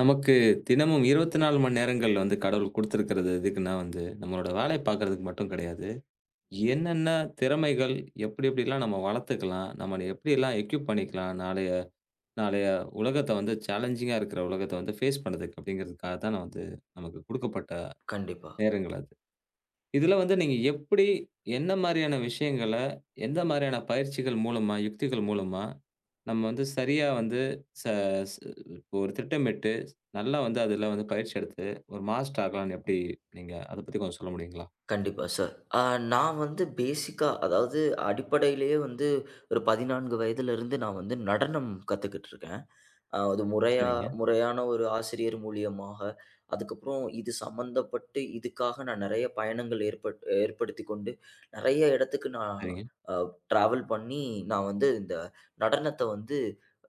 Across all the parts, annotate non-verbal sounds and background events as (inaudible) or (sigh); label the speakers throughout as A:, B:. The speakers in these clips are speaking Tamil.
A: நமக்கு தினமும் 24 மணி நேரங்கள் வந்து கடவுள் குடுத்திருக்கிறது எதுக்குன்னா வந்து, நம்மளோட வேலைய பார்க்கிறதுக்கு மட்டும் கிடையாது. என்னென்ன திறமைகள் எப்படி எப்படிலாம் நம்ம வளர்த்துக்கலாம்? நம்ம எப்படியெல்லாம் எக்யூப் பண்ணிக்கலாம்? நாளைய நாளைய உலகத்த வந்து சேலஞ்சிங்கா இருக்கிற உலகத்த வந்து ஃபேஸ் பண்றதுக்கு அப்படிங்கிறதுக்காக தான் நான் வந்து நமக்கு குடுக்கப்பட்ட
B: கண்டிப்பா,
A: நேரங்கள் அது. இதுல வந்து நீங்க எப்படி, என்ன மாரியான விஷயங்கள, எந்த மாரியான பயிற்சிகள் மூலமா, யுக்திகள் மூலமா, நம்ம வந்து சரியா வந்து ச ஸ் இப்போ ஒரு திட்டமிட்டு, நல்லா வந்து அதுல வந்து பயிற்சி எடுத்து, ஒரு மாஸ்டர் ஆகலாம்ன்னு எப்படி நீங்க அத பத்தி கொஞ்சம் சொல்ல முடியுங்களா?
B: கண்டிப்பா சார். அ நான் வந்து பேசிக்கா அதாவது அடிப்படையிலேயே வந்து ஒரு 14 வயதிலிருந்து நான் வந்து நடனம் கத்துக்கிட்டு இருக்கேன். அது முறையா
A: சரிங்க,
B: முறையான ஒரு ஆசிரியர் மூலியமாக, அதுக்கப்புறம் இது சம்மந்தப்பட்டு இதுக்காக நான் நெறைய பயணங்கள் ஏற்படுத்திக் கொண்டு, நெறைய இடத்துக்கு நான்
A: சரிங்க,
B: அ டிராவல் பண்ணி நான் வந்து இந்த நடனத்த வந்து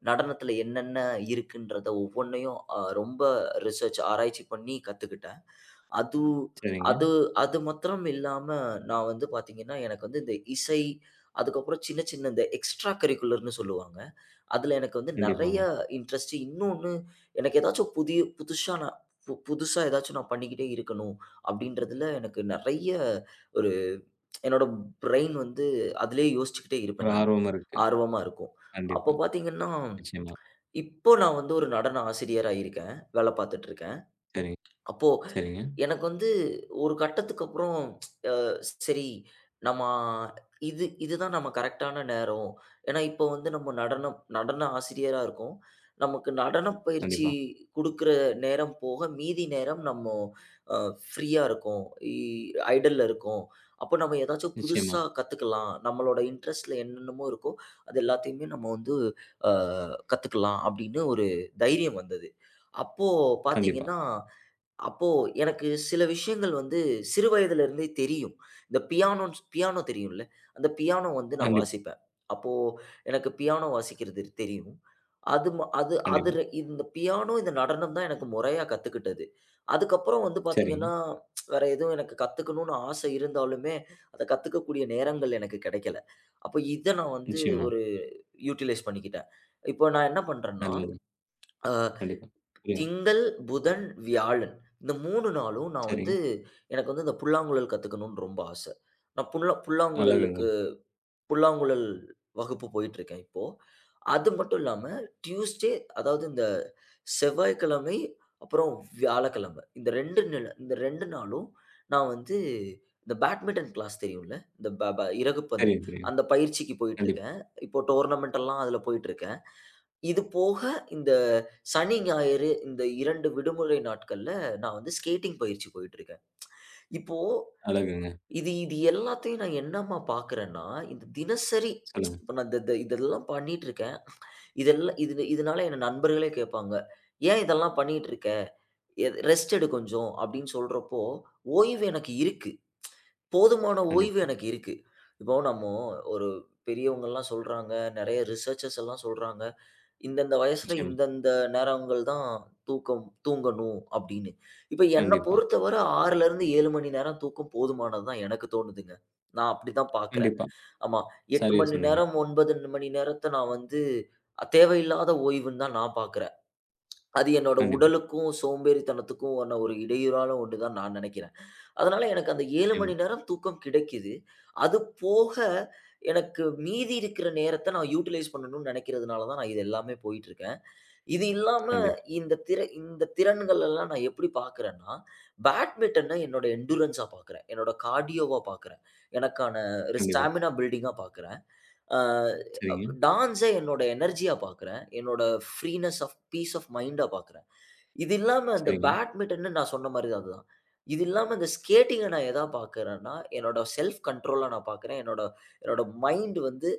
B: நடனத்துல என்னென்ன இருக்குன்றத ஒவ்வொன்னையும் ரொம்ப ரிசர்ச் ஆராய்ச்சி பண்ணி கத்துக்கிட்டேன். அது
A: சரிங்க.
B: அது அது மாத்திரம் இல்லாம, நான் வந்து பார்த்தீங்கன்னா, எனக்கு வந்து இந்த இசை, அதுக்கப்புறம் சின்ன சின்ன இந்த எக்ஸ்ட்ரா கரிக்குலர்ன்னு சொல்லுவாங்க. அதுல எனக்கு வந்து நெறைய
A: கண்டிப்பாங்க.
B: இன்ட்ரெஸ்ட். இன்னொன்னு எனக்கு ஏதாச்சும் புதிய புதுசா நான் பு புதுசா ஏதாச்சும் நான் பண்ணிக்கிட்டே இருக்கணும், அப்படின்றதுல எனக்கு நெறைய ஒரு என்னோட பிரெயின் வந்து அதிலேயே யோசிச்சுக்கிட்டே
A: ஒரு
B: இருப்பேன் நானு.
A: ஆர்வம் இருக்கு.
B: ஆர்வமா இருக்கும். அப்போ
A: கண்டிப்பா.
B: பார்த்தீங்கன்னா,
A: நிச்சயமா.
B: இப்போ நான் வந்து ஒரு நடன ஆசிரியரா இருக்கேன். வேலை பார்த்துட்டு இருக்கேன்.
A: சரிங்க,
B: அப்போ
A: சரிங்க.
B: எனக்கு வந்து ஒரு கட்டத்துக்கு அப்புறம் சரி நம்ம இதுதான் நம்ம கரெக்டான நேரம். ஏன்னா, இப்போ வந்து நம்ம நடனம் நடன ஆசிரியரா இருக்கோம். நமக்கு நடனப் பயிற்சி
A: கண்டிப்பா.
B: குடுக்குற நேரம் போக, மீதி நேரம் நம்ம அ ஃப்ரீயா இருக்கோம். இ ஐடில்ல இருக்கோம். அப்போ நம்ம ஏதாச்சும்
A: நிச்சயமா.
B: புதுசா கத்துக்கலாம். நம்மளோட இன்ட்ரெஸ்ட்ல என்னென்னமோ இருக்கோ, அது எல்லாத்தையுமே நம்ம வந்து அ கத்துக்கலாம் அப்படின்னு ஒரு தைரியம் வந்தது. அப்போ
A: கண்டிப்பா.
B: பார்த்தீங்கன்னா அப்போ எனக்கு சில விஷயங்கள் வந்து சிறு வயதில இருந்தே தெரியும். இந்த பியானோ தெரியும்ல? அந்த பியானோ வந்து நான்
A: கண்டிப்
B: வாசிப்பேன். அப்போ எனக்கு பியானோ வாசிக்கிறது தெரியும். அது ம அது அது
A: கண்டிப்பா.
B: ர இந்த பியானோ, இந்த நடனம் தான் எனக்கு முறையா கத்துக்கிட்டது. அதுக்கப்புறம் வந்து
A: சரிங்க.
B: பார்த்தீங்கன்னா, வேற எதுவும் எனக்கு கத்துக்கணும்னு ஆசை இருந்தாலுமே, அத கத்துக்கக்கூடிய நேரங்கள் எனக்கு கிடைக்கல. அப்ப இத நான் வந்து
A: நிச்சயமா.
B: ஒரு யூட்டிலைஸ் பண்ணிக்கிட்டேன். இப்போ நான் என்ன பண்றேன்னா,
A: நல்லது.
B: அ
A: கண்டிப்பா. புரியுங்க.
B: திங்கள், புதன், வியாழன். இந்த 3 நாளும் நான் வந்து
A: சரிங்க.
B: எனக்கு வந்து இந்த புல்லாங்குழல் கத்துக்கணும்னு ரொம்ப ஆசை. நான்
A: அழகுங்க.
B: புல்லாங்குழலுக்கு புல்லாங்குழல் வகுப்பு போயிட்டுருக்கேன் இப்போ. அது மட்டும் இல்லாம டியூஸ்டே அதாவது இந்த செவ்வாய்க்கிழமை, அப்புறம் வியாழக்கிழமை. இந்த 2 நாளும் நான் வந்து இந்த பேட்மிட்டன் கிளாஸ் தெரியும்ல? இந்த ப ப இறகுப்பந்து.
A: தெரியும், தெரியும்.
B: அந்த பயிற்சிக்கு
A: கண்டிப்பா.
B: போயிட்டுருக்கேன். இப்போ டோர்னமென்ட் எல்லாம் அதுல போயிட்டுருக்கேன். இது போக இந்த சனி, ஞாயிறு இந்த 2 விடுமுறை நாட்கள்ல நான் வந்து ஸ்கேட்டிங் பயிற்சி போயிட்டுருக்கேன். இப்போ
A: அழகுங்க.
B: இது இது எல்லாத்தையும் நான் என்னம்மா பார்க்குறேன்னா, இந்த தினசரி
A: சொல்லுங்க.
B: இப்ப நான் இந்த இந்த இதெல்லாம் பண்ணிட்டுருக்கேன். இதெல்லாம் இது இதனால என்ன நண்பர்களே கேட்பாங்க. "ஏன் இதெல்லாம் பண்ணிட்டுருக்க? ரெஸ்ட் எடு கொஞ்சம்." அப்படின்னு சொல்றப்போ, ஓய்வு எனக்கு இருக்கு. போதுமான ஓய்வு
A: கண்டிப்பா.
B: எனக்கு இருக்கு. இப்போ நம்ம ஒரு பெரியவங்கலாம் சொல்றாங்க. நெறைய ரிசர்ச்சர்ஸ் எல்லாம் சொல்றாங்க. இந்தந்த வயசுல
A: நிச்சயமா.
B: இந்தந்த நேரங்கள் தான் தூக்கம் தூங்கணும் அப்படின்னு. இப்ப என்ன
A: கண்டிப்பா,
B: பொறுத்தவர 6லருந்து 7 மணி நேரம் தூக்கம் போதுமானது தான் எனக்கு தோணுதுங்க. நான் அப்படிதான் பார்க்குறேன்.
A: கண்டிப்பா.
B: ஆமா 8
A: சரியா
B: மணி
A: சொன்னீங்க.
B: நேரம், 9 மணி நேரத்த நான் வந்து தேவையில்லாத ஓய்வுன்னு தான் நான் பார்க்குறேன். அது என்னோட
A: கண்டிப்பா.
B: உடலுக்கும், சோம்பேறித்தனத்துக்கும் ஆன ஒரு இடையூறான ஒண்ணு தான் நான் நினைக்கிறேன். அதனால எனக்கு அந்த 7 மணி
A: நிச்சயமா.
B: நேரம் தூக்கம் கிடைக்குது. அது போக எனக்கு மீதி இருக்கிற நேரத்த நான் யூட்டிலைஸ் பண்ணணும்னு நினைக்கிறதுனால தான் நான் இது எல்லாமே போயிட்டுருக்கு. இது இல்லாம,
A: கண்டிப்பா,
B: இந்த திறன்கள் எல்லாம் நான் எப்படி பார்க்கிறேன்னா, பேட்மிட்டன என்னோட எண்டுரன்ஸா பார்க்கிறேன். என்னோட கார்டியோவா பார்க்கிறேன். எனக்கான ஒரு
A: கண்டிப்பா.
B: ஸ்டாமினா பில்டிங்கா பார்க்கிறேன். அ
A: சரிங்க,
B: டான்ஸ என்னோட எனர்ஜியா பார்க்கிறேன். என்னோட ஃப்ரீனஸ் ஆஃப் பீஸ் ஆஃப் மைண்ட்டா பார்க்கிறேன். இது இல்லாம இந்த
A: சரிங்க.
B: பேட்மிட்டன்னு நான் சொன்ன மாரி தான் அதுதான். இது இல்லாம இந்த ஸ்கேட்டிங்க நான் எதா பார்க்குறேன்னா, என்னோட செல்ஃப் கண்ட்ரோலா நான் பார்க்குறேன். என்னோட என்னோட மைண்ட் வந்து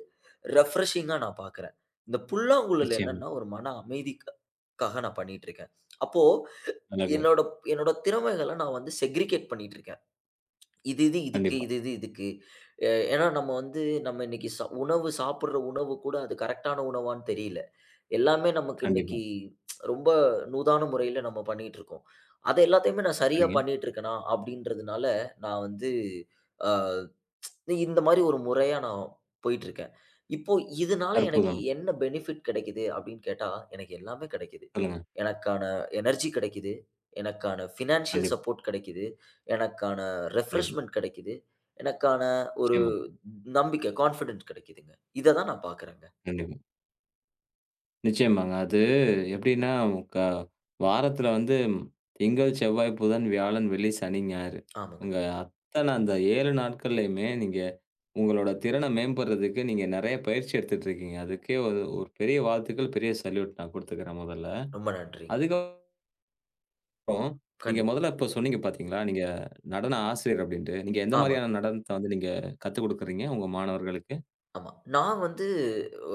B: ரெஃப்ரெஷிங்கா நான் பார்க்குறேன். இந்த புல்லாங்குழல்
A: நிச்சயமா.
B: என்னன்னா, ஒரு மன அமைதிக்காக நான் பண்ணிட்டுருக்கேன். அப்போ
A: அழகு.
B: என்னோட என்னோட திறமைகள நான் வந்து செக்ரிகேட் பண்ணிட்டுருக்கேன். இது இது இதுக்கு,
A: கண்டிப்பா,
B: இது இது இதுக்கு. அ ஏன்னா நம்ம வந்து நம்ம இன்னைக்கு உணவு சாப்பிடுற உணவு கூட அது கரெக்ட்டான உணவான்னு தெரியல. எல்லாமே நமக்கு இன்னைக்கு
A: கண்டிப்பா.
B: ரொம்ப நூதான முறையில நம்ம பண்ணிட்டு இருக்கோம். அது எல்லாத்தையுமே நான் சரியா
A: சரிங்க.
B: பண்ணிட்டு இருக்கேனா? அப்படின்றதுனால நான் வந்து அ இந்த மாரி ஒரு முறையா நான் போயிட்டு இருக்கேன். இப்போ இதனால எனக்கு
A: அற்புதம்.
B: என்ன பெனிஃபிட் கிடைக்குது அப்படின்னு கேட்டா, எனக்கு எல்லாமே கிடைக்குது.
A: சொல்லுங்க.
B: எனக்கான எனர்ஜி கிடைக்குது. எனக்கான ஃபினான்ஷியல்
A: கண்டிப்பா,
B: சப்போர்ட் கிடைக்குது. எனக்கான
A: கண்டிப்பா.
B: ரெஃப்ரெஷ்மென்ட் கிடைக்குது. எனக்கான ஒரு
A: நிச்சயமா,
B: நம்பிக்கை, கான்ஃபிடன்ட் கிடைக்குதுங்க. இத தான் நான் பார்க்குறேங்க.
A: கண்டிப்பா. நிச்சயமாங்க. அது எப்படின்னா, க வாரத்துல வந்து திங்கள், செவ்வாய், புதன், வியாழன், வெள்ளி, சனி, ஞாயிறு.
B: ஆமாங்க.
A: உங்க அத்தனை அந்த 7 நாட்கள்லயுமே நீங்க உங்களோட திறன மேம்படுறதுக்கு நீங்க நெறைய பயிற்சி எடுத்துட்டு இருக்கீங்க. அதுக்கே ஒரு ஒரு பெரிய வாழ்த்துக்கள், பெரிய சல்யூட் நான் குடுத்துக்கிறேன் முதல்ல.
B: ரொம்ப நன்றிங்க.
A: அதுக்கப்புறம் நீங்க
B: கண்டிப்பா.
A: மொதல்ல இப்ப சொன்னீங்க பார்த்தீங்களா, நீங்க நடன ஆசிரியர் அப்டின்ட்டு. நீங்க எந்த
B: ஆமாங்க.
A: மாரியான நடனத்த வந்து நீங்க கத்துக் குடுக்குறீங்க உங்க மாணவர்களுக்கு?
B: ஆமா. நான் வந்து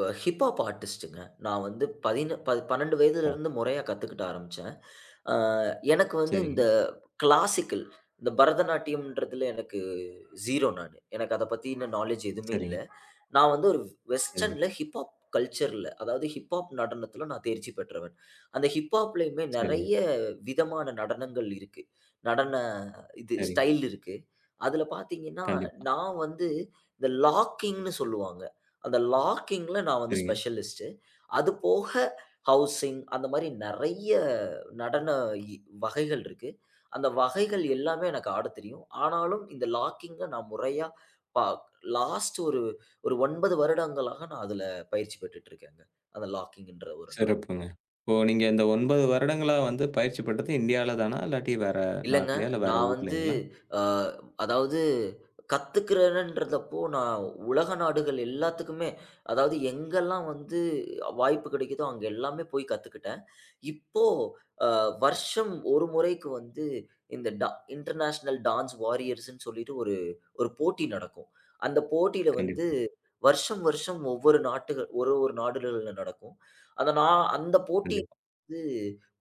B: அ ஹிப்பாப் ஆர்டிஸ்ட்டுங்க. நான் வந்து பதின ப 12
A: ப
B: வயதிலிருந்து முறையா கத்துக்கிட்ட ஆரம்பிச்சேன். அ எனக்கு வந்து
A: சரிங்க,
B: இந்த கிளாசிக்கல் இந்த பரதநாட்டியம்ன்றதுல எனக்கு 0 நானு. எனக்கு அத பத்தின நாலேட்ஜ் எதுவுமே இல்ல.
A: சரிங்க,
B: நான் வந்து ஒரு
A: சரிங்க,
B: வெஸ்டர்ன்ல ஹிப்ஹாப் கல்ச்சர்ல அதாவது ஹிப்ஹாப் நடனத்துல நான் தேர்ச்சி பெற்றவன். அந்த ஹிப்ஹாப்லயுமே
A: சரிங்க,
B: நெறைய விதமான நடனங்கள் இருக்கு. நடன இது
A: சரிங்க.
B: ஸ்டைல் இருக்கு. அதுல பார்த்தீங்கன்னா,
A: கண்டிப்பா.
B: நான் வந்து இந்த லாக்கிங்ன்னு சொல்லுவாங்க. அந்த லாக்கிங்ல நான் வந்து
A: சரிங்க.
B: ஸ்பெஷலிஸ்ட்டு. அது போக ஹவுசிங் அந்த மாரி நெறைய நடன இ வகைகள் இருக்கு. அந்த வகைகள் எல்லாமே எனக்கு ஆடத் தெரியும். ஆனாலும் இந்த லாக்கிங்க நான் முறையா பா லாஸ்ட் ஒரு ஒரு 9 வருடங்களாக நான் அதுல பயிற்சி பெற்றுட்டு இருக்கேங்க. அந்த லாக்கிங்ன்ற ஒரு ந
A: சிறப்புங்க. இப்போ நீங்க இந்த 9 வருடங்களா வந்து பயிற்சி பெற்றது இந்தியால தானா? இல்லாட்டி வேற
B: இல்லங்க.
A: நாட்லயா? இல்ல வேற
B: நான் வந்து
A: ஊர்லங்களா?
B: அ அதாவது கத்துக்கிறேன்றதப்போ, நான் உலக நாடுகள் எல்லாத்துக்குமே அதாவது எங்கெல்லாம் வந்து வாய்ப்பு கிடைக்குதோ, அங்க எல்லாமே போய் கத்துக்கிட்டேன். இப்போ அ வருஷம் ஒரு முறைக்கு வந்து இந்த டா இன்டர்நேஷனல் டான்ஸ் வாரியர்ஸ்ன்னு சொல்லிட்டு ஒரு ஒரு போட்டி நடக்கும். அந்த போட்டியில வந்து
A: கண்டிப்பா,
B: வருஷம் வருஷம் ஒவ்வொரு நாட்டுகள் ஒரு ஒரு நாடுகள்ல நடக்கும். அத நான் அந்த போட்டி
A: கண்டிப்பா.
B: வந்து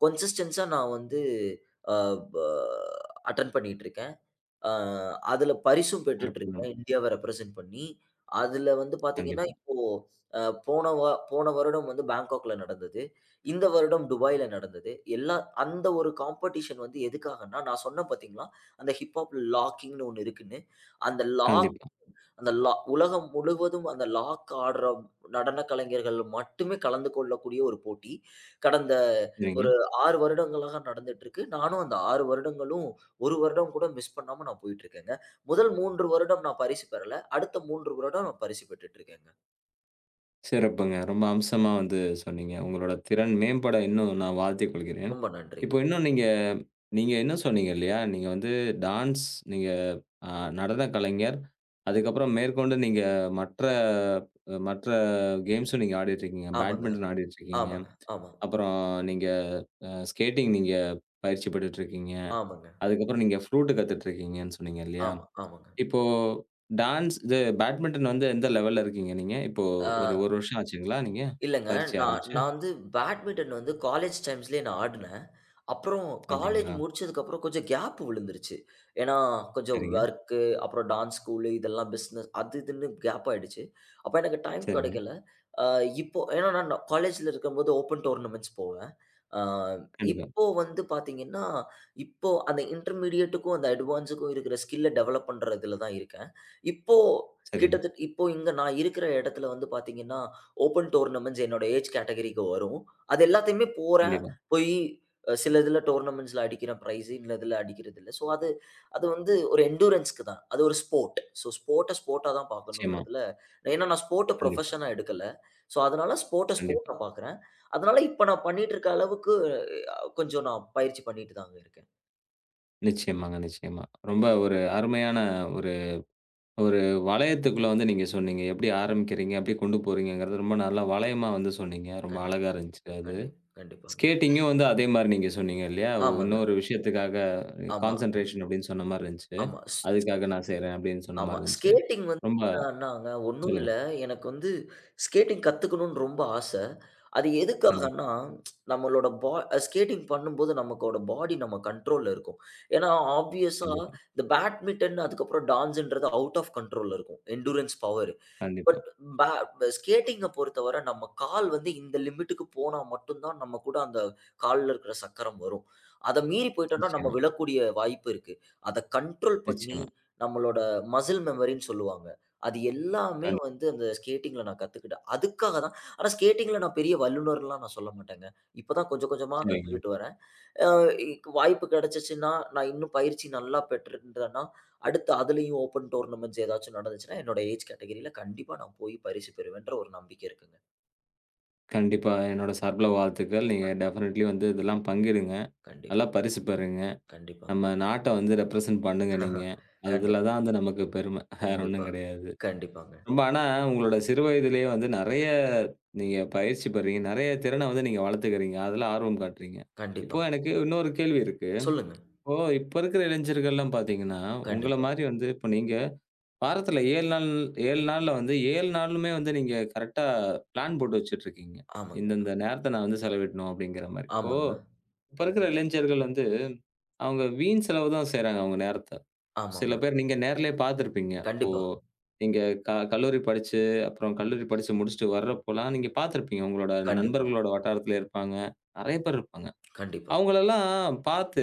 B: கன்சிஸ்டன்ஸா நான் வந்து அ ப அட்டெண்ட் பண்ணிட்டுருக்கேன். அ அதுல பரிசும்
A: அற்புதம்.
B: பெற்றுட்டுருக்கேன். இந்தியாவ ரெப்ரசென்ட் பண்ணி. அதுல வந்து பாத்தீங்கன்னா,
A: கண்டிப்பா,
B: இப்போ அ போன வ போன வருடம் வந்து பேங்காக்ல நடந்தது. இந்த வருடம் துபாய்ல நடந்தது. எல்லா அந்த ஒரு காம்படிஷன் வந்து எதுக்காகன்னா, நான் சொன்னேன் பாத்தீங்களா, அந்த ஹிப் ஹாப் லாக்கிங்ன்னு ஒண்ணு இருக்குன்னு. அந்த லாக்
A: கண்டிப்பா.
B: அந்த உலகம் முழுவதும் அந்த லாக் ஆடுற நடன கலைஞர்கள் மட்டுமே கலந்து கொள்ளக்கூடிய ஒரு போட்டி. கடந்த
A: சரிங்க.
B: ஒரு 6 வருடங்களாக நடந்துட்டுருக்கு. நானும் அந்த 6 வருடங்களும் 1 வருடம் கூட மிஸ் பண்ணாம நான் போயிட்டுருக்கேங்க. முதல் 3 வருடம் நான் பரிசு பெறல. அடுத்த 3 வருடம் நான் பரிசு பெற்றுட்டுருக்கேங்க.
A: சிறப்புங்க. ரொம்ப அம்சமா வந்து சொன்னீங்க. உங்களோட திறன் மேம்பட இன்னும் நான் வாழ்த்திக் கொள்கிறேன்.
B: ரொம்ப
A: இப்போ
B: நன்றிங்க.
A: இன்னும் நீங்க நீங்க என்ன சொன்னீங்க இல்லையா? நீங்க வந்து டான்ஸ், நீங்க அ நடன கலைஞர். அதுக்கப்புறம் மேற்கொண்டு நீங்க மற்ற மற்ற கேம்ஸும் நீங்க ஆடிட்டுருக்கீங்க.
B: ஆமாங்க,
A: பேட்மிண்டன் ஆடிட்டுருக்கீங்க.
B: ஆமாங்க, ஆமா,
A: அப்புறம் நீங்க ஸ்கேட்டிங் நீங்க பயிற்சி பெற்றுட்டுருக்கீங்க.
B: ஆமாங்க,
A: அதுக்கப்புறம் நீங்க ஃப்ளூட் கத்துட்டுருக்கீங்கன்னு சொன்னீங்க இல்லையா?
B: ஆமா, ஆமாங்க.
A: இப்போ டான்ஸ் இது பேட்மிண்டன் வந்து எந்த லெவல்ல இருக்கீங்க நீங்க? இப்போ
B: ஆ
A: ஒரு 1 வருஷம் ஆச்சுங்களா நீங்க
B: இல்லங்க.
A: பயிற்சி
B: நான்
A: ஆரம்பிச்சு?
B: நான் வந்து பேட்மிட்டன் வந்து காலேஜ் டைம்ஸ்லயே நான் ஆடுனேன். அப்புறம் காலேஜ்
A: அப்டிங்களா?
B: முடிச்சதுக்கப்புறம் கொஞ்சம் கேப் விழுந்துருச்சு. ஏன்னா, கொஞ்சம்
A: சரிங்க,
B: வொர்க்கு, அப்புறம் டான்ஸ் ஸ்கூலு இதெல்லாம் பிஸ்னஸ் அது இதுன்னு கேப் ஆயிடுச்சு. அப்ப எனக்கு டைம்
A: சரிங்க.
B: கிடைக்கல. அ இப்போ ஏன்னா நான் காலேஜ்ல இருக்கும்போது ஓப்பன் டோர்னமெண்ட்ஸ் போவேன். அ
A: கண்டிப்பா.
B: இப்போ வந்து பார்த்தீங்கன்னா, இப்போ அந்த இன்டர்மீடியேட்டுக்கும், அந்த அட்வான்ஸுக்கும் இருக்கிற ஸ்கில்ல டெவலப் பண்றதுல தான் இருக்கேன். இப்போ
A: சரிங்க.
B: கிட்டத்தட்ட இப்போ இங்க நான் இருக்கிற இடத்துல வந்து பார்த்தீங்கன்னா, ஓப்பன் டோர்னமெண்ட்ஸ் என்னோட ஏஜ் கேட்டகரிக்கு வரும். அது எல்லாத்தையுமே போறேன்.
A: கண்டிப்பா.
B: போயி சில இதில டோர்னமெண்ட்ஸ்ல அடிக்கிற பிரைஸ், இல்ல இதில அடிக்கிறது இல்ல. ஸோ அது அது வந்து ஒரு எண்டூரன்ஸ்க்கு தான். அது ஒரு ஸ்போர்ட். ஸோ ஸ்போர்ட்டா தான்
A: நிச்சயமா.
B: பார்க்கணுன்றதுல ஏன்னா நான் ஸ்போர்ட்ட
A: கண்டிப்பா,
B: புரொஃபஷனா எடுக்கல. ஸோ அதனால
A: கண்டிப்பா.
B: ஸ்போர்ட்டா பார்க்குறேன். அதனால இப்ப நான் பண்ணிட்டு இருக்க அளவுக்கு கொஞ்சம் நான் பயிற்சி பண்ணிட்டு தாங்க இருக்கேன்.
A: நிச்சயமாங்க, நிச்சயமா. ரொம்ப ஒரு அருமையான ஒரு ஒரு வளையத்துக்குள்ள வந்து நீங்க சொன்னீங்க. எப்படி ஆரம்பிக்கிறீங்க, எப்படி கொண்டு போறீங்கங்கிறது ரொம்ப நல்லா வளையமா வந்து சொன்னீங்க. ரொம்ப
B: கண்டிப்
A: அழகா இருந்துச்சு அது.
B: கண்டிப் கண்டிப்பாங்க.
A: ஸ்கேட்டிங்கும் வந்து அதே மாரி நீங்க சொன்னீங்க இல்லையா?
B: ஆமாங்க.
A: இன்னொரு விஷயத்துக்காக
B: ஆமா,
A: கான்சன்ட்ரேஷன் அப்படின்னு சொன்ன மாரி இருந்துச்சு.
B: ஆமா.
A: அதுக்காக நான் செய்றேன் அப்படின்னு சொன்ன
B: ஆமா.
A: மாரி இருந்துச்சு.
B: ஸ்கேட்டிங் வந்து
A: ரொம்ப
B: என்னாங்க ஒண்ணும் இல்ல.
A: சொல்லுங்க.
B: எனக்கு வந்து ஸ்கேட்டிங் கத்துக்கணும்னு ரொம்ப ஆசை. அது
A: கண்டிப்பா,
B: எதுக்காகன்னா, நம்மளோட ஸ்கேட்டிங் பண்ணும்போது நமக்கோட பாடி நம்ம கண்ட்ரோல்ல இருக்கும். ஏன்னா, ஆப்வியஸா
A: கண்டிப்பா,
B: இந்த பேட்மிட்டன் அதுக்கப்புறம் டான்ஸ்ன்றது அவுட் ஆஃப் கண்ட்ரோல்ல இருக்கும். Endurance power.
A: கண்டிப்பா.
B: பட் ஸ்கேட்டிங்க பொறுத்தவர நம்ம கால் வந்து இந்த லிமிட்டுக்கு போனா மட்டும் தான் நம்ம கூட அந்த கால்ல இருக்கிற சக்கரம் வரும். அத மீறி போயிட்டோம்னா நம்ம
A: நிச்சயமா,
B: விழக்கூடிய வாய்ப்பு இருக்கு. அத கண்ட்ரோல் பண்ணி
A: நிச்சயமா.
B: நம்மளோட மசில் மெமரின்னு சொல்லுவாங்க. அது எல்லாமே
A: கண்டிப்பா.
B: வந்து அந்த ஸ்கேட்டிங்ல நான் கத்துக்கிட்டேன். அதுக்காக தான் ஆனா ஸ்கேட்டிங்ல நான் பெரிய வல்லுனர்லாம் நான் சொல்ல மாட்டேங்க. இப்ப தான் கொஞ்சம் கொஞ்சமா
A: சரிங்க.
B: கத்துக்கிட்டு வரேன். அ இக் வாய்ப்பு கிடைச்சுச்சுன்னா, நான் இன்னும் பயிற்சி நல்லா பெற்றிருந்தேன்னா, அடுத்து அதுலயும் ஓப்பன் டோர்னமெண்ட்ஸ் ஏதாச்சும் நடந்துச்சுன்னா, என்னோட ஏஜ் கேட்டகிரில கண்டிப்பா நான் போய் பரிசு பெறுவேன்ற ஒரு நம்பிக்கை இருக்குங்க.
A: கண்டிப்பா என்னோட சார்புல வாழ்த்துக்கள். நீங்க டெஃபினெட்லி வந்து இதெல்லாம் பங்கிடுங்க.
B: கண்டிப்
A: நல்லா பரிசு பெறுங்க.
B: கண்டிப்பா.
A: நம்ம நாட்ட வந்து ரெப்ரசென்ட் பண்ணுங்க நீங்க.
B: (laughs)
A: அதுல
B: கண்டிப்பா,
A: தான் வந்து நமக்கு பெருமை. வேற ஒண்ணும்
B: கண்டிப்பா,
A: கிடையாது.
B: கண்டிப்பாங்க.
A: ரொம்ப ஆனா உங்களோட சிறு வயதிலேயே வந்து நெறைய நீங்க பயிற்சி பெறீங்க. நெறைய திறன வந்து நீங்க வளர்த்துக்கிறீங்க. அதுல ஆர்வம் காட்டுறீங்க. இப்போ
B: கண்டிப்பாங்க.
A: எனக்கு இன்னொரு கேள்வி இருக்கு.
B: சொல்லுங்க.
A: இப்போ இப்ப இருக்கிற இளைஞர்கள்லாம் பார்த்தீங்கன்னா, உங்கள
B: கண்டிப்பா.
A: மாரி வந்து இப்ப நீங்க வாரத்துல 7 நாள் 7 நாள்ல வந்து 7 நாளுமே வந்து நீங்க கரெக்ட்டா பிளான் போட்டு வச்சுட்டு இருக்கீங்க.
B: ஆமாங்க,
A: இந்தந்த நேரத்த நான் வந்து செலவிடணும் அப்படிங்கிற மாரி. இப்போ
B: ஆமாங்க,
A: இப்ப இருக்கிற இளைஞர்கள் வந்து அவங்க வீண் செலவு தான் செய்றாங்க அவங்க நேரத்த. சில
B: ஆமாங்க.
A: பேர் நீங்க நேர்லயே பார்த்துருப்பீங்க. இப்போ
B: கண்டிப்பா,
A: நீங்க கல்லூரி படிச்சு, அப்புறம் கல்லூரி படிச்சு முடிச்சுட்டு வர்றப்போலாம் நீங்க பார்த்துருப்பீங்க. உங்களோட
B: கண்டிப்பா,
A: நண்பர்களோட வட்டாரத்துல இருப்பாங்க. நெறைய பேர் இருப்பாங்க.
B: கண்டிப்பா,
A: அவங்களலாம் பார்த்து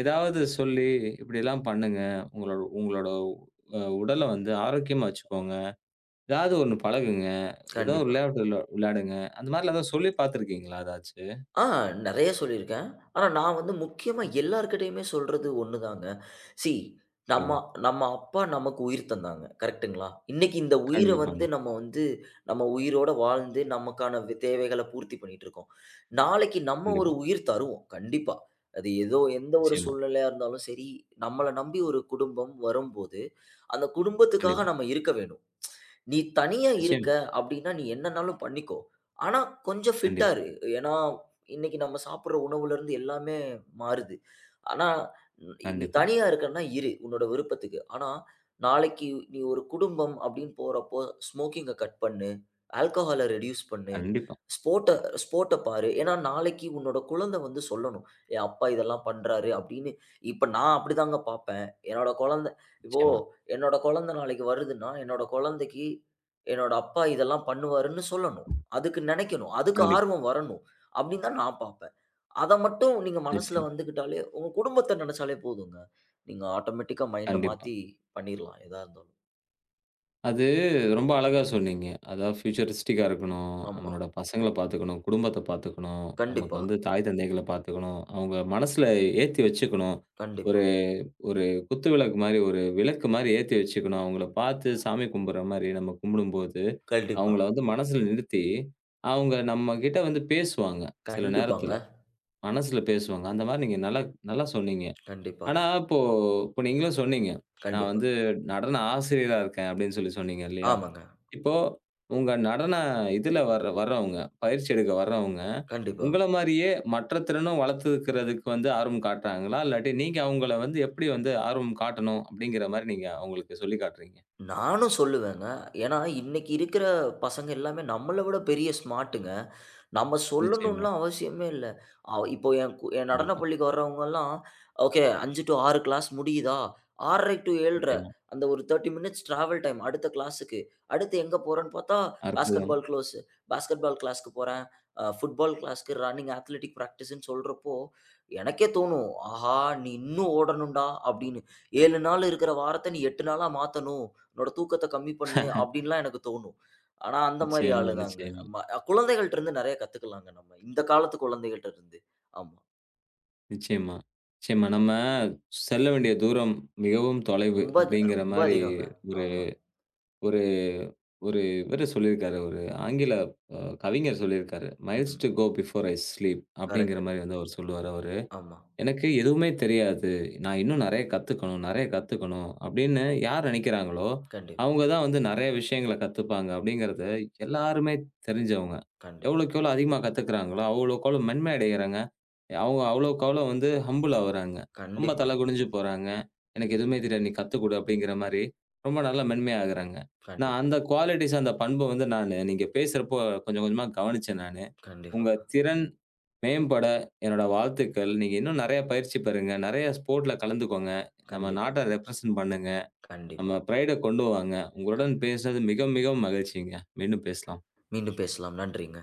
A: ஏதாவது சொல்லி, "இப்படிலாம் பண்ணுங்க. உங்களோட உங்களோட உடல வந்து ஆரோக்கியமா வச்சுக்கோங்க. ஏதாவது ஒண்ணு பழகுங்க. ஏதோ ஒரு
B: கண்டிப்பா.
A: விளையாட்டு விளையாடுங்க." அந்த மாரிலாம் ஏதாவது சொல்லி பார்த்துருக்கீங்களா ஏதாச்சு?
B: ஆ நெறைய சொல்லியிருக்கேன். ஆனா நான் வந்து முக்கியமா எல்லார்கிட்டயுமே சொல்றது ஒண்ணுதாங்க. "சீ நம்ம
A: சொல்லுங்க.
B: நம்ம அப்பா நமக்கு உயிர் தந்தாங்க." கரெக்ட்டுங்களா? இன்னைக்கு இந்த உயிர
A: கண்டிப்பாங்க.
B: வந்து நம்ம வந்து நம்ம உயிரோட வாழ்ந்து நமக்கான தேவைகள பூர்த்தி பண்ணிட்டுருக்கோம். நாளைக்கு நம்ம ஒரு
A: கண்டிப்பா.
B: உயிர் தருவோம். கண்டிப்பா. அது ஏதோ எந்த ஒரு
A: நிச்சயமா.
B: சூழ்நிலையா இருந்தாலும் சரி, நம்மள நம்பி ஒரு குடும்பம் வரும்போது, அந்த குடும்பத்துக்காக
A: கண்டிப்பா.
B: நம்ம இருக்க வேணும். நீ தனியா இருக்க
A: நிச்சயமா.
B: அப்படின்னா, நீ என்னன்னாலும் பண்ணிக்கோ. ஆனா, கொஞ்சம் ஃபிட்டா
A: கண்டிப்பா.
B: இரு. ஏன்னா, இன்னைக்கு நம்ம சாப்பிடுற உணவுலருந்து எல்லாமே மாறுது. ஆனா, நீ
A: கண்டிப்பா,
B: தனியா இருக்கன்னா இரு, உன்னோட விருப்பத்துக்கு. ஆனா, நாளைக்கு நீ ஒரு குடும்பம் அப்படின்னு போறப்போ, ஸ்மோக்கிங்க கட் பண்ணு. ஆல்கஹால ரெடியூஸ் பண்ணு.
A: கண்டிப்பா.
B: ஸ்போர்ட்ட ஸ்போர்ட்ட பாரு. ஏன்னா, நாளைக்கு உன்னோட குழந்தை வந்து சொல்லணும். என் அப்பா இதெல்லாம் பண்றாரு அப்படின்னு. இப்ப நான் அப்படிதாங்க பார்ப்பேன். என்னோட குழந்தை இப்போ
A: நிச்சயமா,
B: என்னோட குழந்தை நாளைக்கு வருதுன்னா, என்னோட குழந்தைக்கு, என்னோட அப்பா இதெல்லாம் பண்ணுவாருன்னு சொல்லணும். அதுக்கு நினைக்கணும். அதுக்கு
A: கண்டிப்பா,
B: ஆர்வம் வரணும். அப்படின்னு தான் நான் பார்ப்பேன். அத மட்டும் நீங்க மனசுல
A: நிச்சயமா,
B: வந்துக்கிட்டாலே, உங்க குடும்பத்த நினைச்சாலே போதுங்க. நீங்க ஆட்டோமேட்டிக்கா மைண்ட
A: கண்டிப்பா.
B: மாத்தி பண்ணிரலாம். எதா இருந்தாலும்.
A: அது ரொம்ப அழகா சொன்னீங்க. அதாவது ஃபியூச்சரிஸ்டிக்கா இருக்கணும்.
B: ஆமா.
A: நம்மளோட பசங்கள பார்த்துக்கணும். குடும்பத்த பார்த்துக்கணும். நமக்கு
B: கண்டிப்பா,
A: வந்து தாய் தந்தைகள பார்த்துக்கணும். அவங்க மனசுல ஏத்தி வச்சுக்கணும்.
B: கண்டிப்பா,
A: ஒரு ஒரு குத்து விளக்கு மாரி, ஒரு விளக்கு மாரி ஏத்தி வச்சுக்கணும். அவங்கள பார்த்து சாமி கும்பிடுற மாரி நம்ம கும்பிடும்போது,
B: கண்டிப்பா,
A: அவங்கள வந்து மனசுல நிறுத்தி, அவங்க நம்மகிட்ட வந்து பேசுவாங்க. சில
B: கண்டிப்பாங்க.
A: நேரத்தில மனசுல பேசுவாங்க. அந்த மாரி நீங்க நல்லா நல்லா சொன்னீங்க.
B: கண்டிப்பா,
A: ஆனா, இப்போ இப்போ நீங்களும் சொன்னீங்க. நான்
B: கண்டிப்பா.
A: வந்து நடன ஆசிரியரா இருக்கேன் அப்படின்னு சொல்லி சொன்னீங்க இல்லையா?
B: ஆமாங்க.
A: இப்போ உங்க நடன இதுல வர வர்றவங்க, பயிற்சி எடுக்க வர்றவங்க,
B: கண்டிப்பா.
A: உங்கள மாரியே மற்ற திறனும் வளர்த்துக்கிறதுக்கு வந்து ஆர்வம் காட்டுறாங்களா? இல்லாட்டி நீங்க அவங்கள வந்து எப்படி வந்து ஆர்வம் காட்டணும் அப்படிங்கிற மாரி நீங்க அவங்களுக்கு சொல்லிக் காட்டுறீங்க?
B: நானும் சொல்லுவேங்க. ஏன்னா, இன்னைக்கு இருக்கிற பசங்க எல்லாமே நம்மள விட பெரிய ஸ்மார்ட்டுங்க. நம்ம
A: நிச்சயமா.
B: சொல்லணும்லாம் அவசியமே இல்ல. இப்போ என் நடன
A: கண்டிப்பா.
B: பள்ளிக்கு வர்றவங்கலாம், ஓகே 5 டூ 6 கிளாஸ் முடியுதா? 6:30 டூ 7:30
A: நிச்சயமா.
B: அந்த ஒரு 30 மினிட்ஸ் டிராவல் டைம் அடுத்த கிளாஸுக்கு. அடுத்து எங்க போறோன்னு பார்த்தா, பாஸ்கெட்
A: அற்புதம்.
B: பால் க்ளோஸ். பாஸ்கெட் பால் கிளாஸ்க்கு போறேன். ஃபுட்பால் கிளாஸ்க்கு, ரன்னிங், அத்லெட்டிக் பிராக்டிஸ்ன்னு சொல்றப்போ, எனக்கே தோணும், ஆஹா! நீ இன்னும் ஓடணும்டா! அப்படின்னு. 7 நாள் இருக்கிற வாரத்த நீ 8 நாளா மாத்தணும். என்னோட தூக்கத்த கம்மி பண்ணு அப்படின்லாம் எனக்கு தோணும். ஆனா, அந்த மாரி
A: நிச்சயமா,
B: ஆளு தாங்க.
A: நிச்சயமா,
B: ஆமா. குழந்தைகள்ட்ட இருந்து நெறைய கத்துக்கலாங்க நம்ம. இந்த காலத்து குழந்தைகள்ட்ட இருந்து. ஆமா.
A: நிச்சயமா, நிச்சயமா. நம்ம செல்ல வேண்டிய தூரம் மிகவும் தொலைவு அப்படிங்கிற
B: ரொம்ப
A: மாரி
B: அதிகங்க.
A: ஒரு
B: ஆமா.
A: ஒரு ஒரு இவரு சொல்லியிருக்காரு. ஒரு ஆங்கில அ கவிஞர் சொல்லியிருக்காரு. "Miles
B: hmm.
A: To go before I sleep" அப்படிங்கிற
B: கரெக்ட்.
A: மாரி வந்து அவர் சொல்லுவாரு அவரு.
B: ஆமா.
A: எனக்கு எதுவுமே தெரியாது. நான் இன்னும் நெறைய கத்துக்கணும், நெறைய கத்துக்கணும் அப்படின்னு யார் நெனைக்கிறாங்களோ,
B: கண்டிப்
A: அவங்க தான் வந்து நெறைய விஷயங்கள கத்துப்பாங்க அப்படிங்கிறது எல்லாருமே தெரிஞ்சவங்க.
B: கண்டிப்
A: எவ்வளோக்கு எவ்வளோ அதிகமா கத்துக்கிறாங்களோ, அவ்வளோக்கு அவ்வளோ மென்மை அடைகிறாங்க. அவங்க அவ்வளோக்கு அவ்வளோ வந்து ஹம்பிள் ஆவுறாங்க. ரொம்ப
B: கண்டிப்பா.
A: தலை குனிஞ்சு போறாங்க. "எனக்கு எதுவுமே தெரியாது. நீ கத்துக்குடு" அப்படிங்கிற மாரி ரொம்ப நல்லா மென்மையாகுறாங்க. நான்
B: கண்டிப்
A: அந்த குவாலிட்டிஸ், அந்த பண்பு வந்து நானு நீங்க பேசுறப்போ கொஞ்சம் கொஞ்சமா கவனிச்சேன் நானு.
B: கண்டிப்பா.
A: உங்க திறன் மேம்பட என்னோட வாழ்த்துக்கள். நீங்க இன்னும் நெறைய பயிற்சி பெறுங்க. நெறைய ஸ்போர்ட்ல கலந்துக்கோங்க. நம்ம
B: கண்டிப்பா.
A: நாட்ட ரெப்ரசன்ட் பண்ணுங்க. நம்ம
B: கண்டிப்பா.
A: ப்ரைட கொண்டு வாங்க.
B: க
A: உங்களுடன் பேசினது மிக மிகவும் மகிழ்ச்சிங்க. மீண்டும் பேசலாம்.
B: மீண்டும் பேசலாம். நன்றிங்க.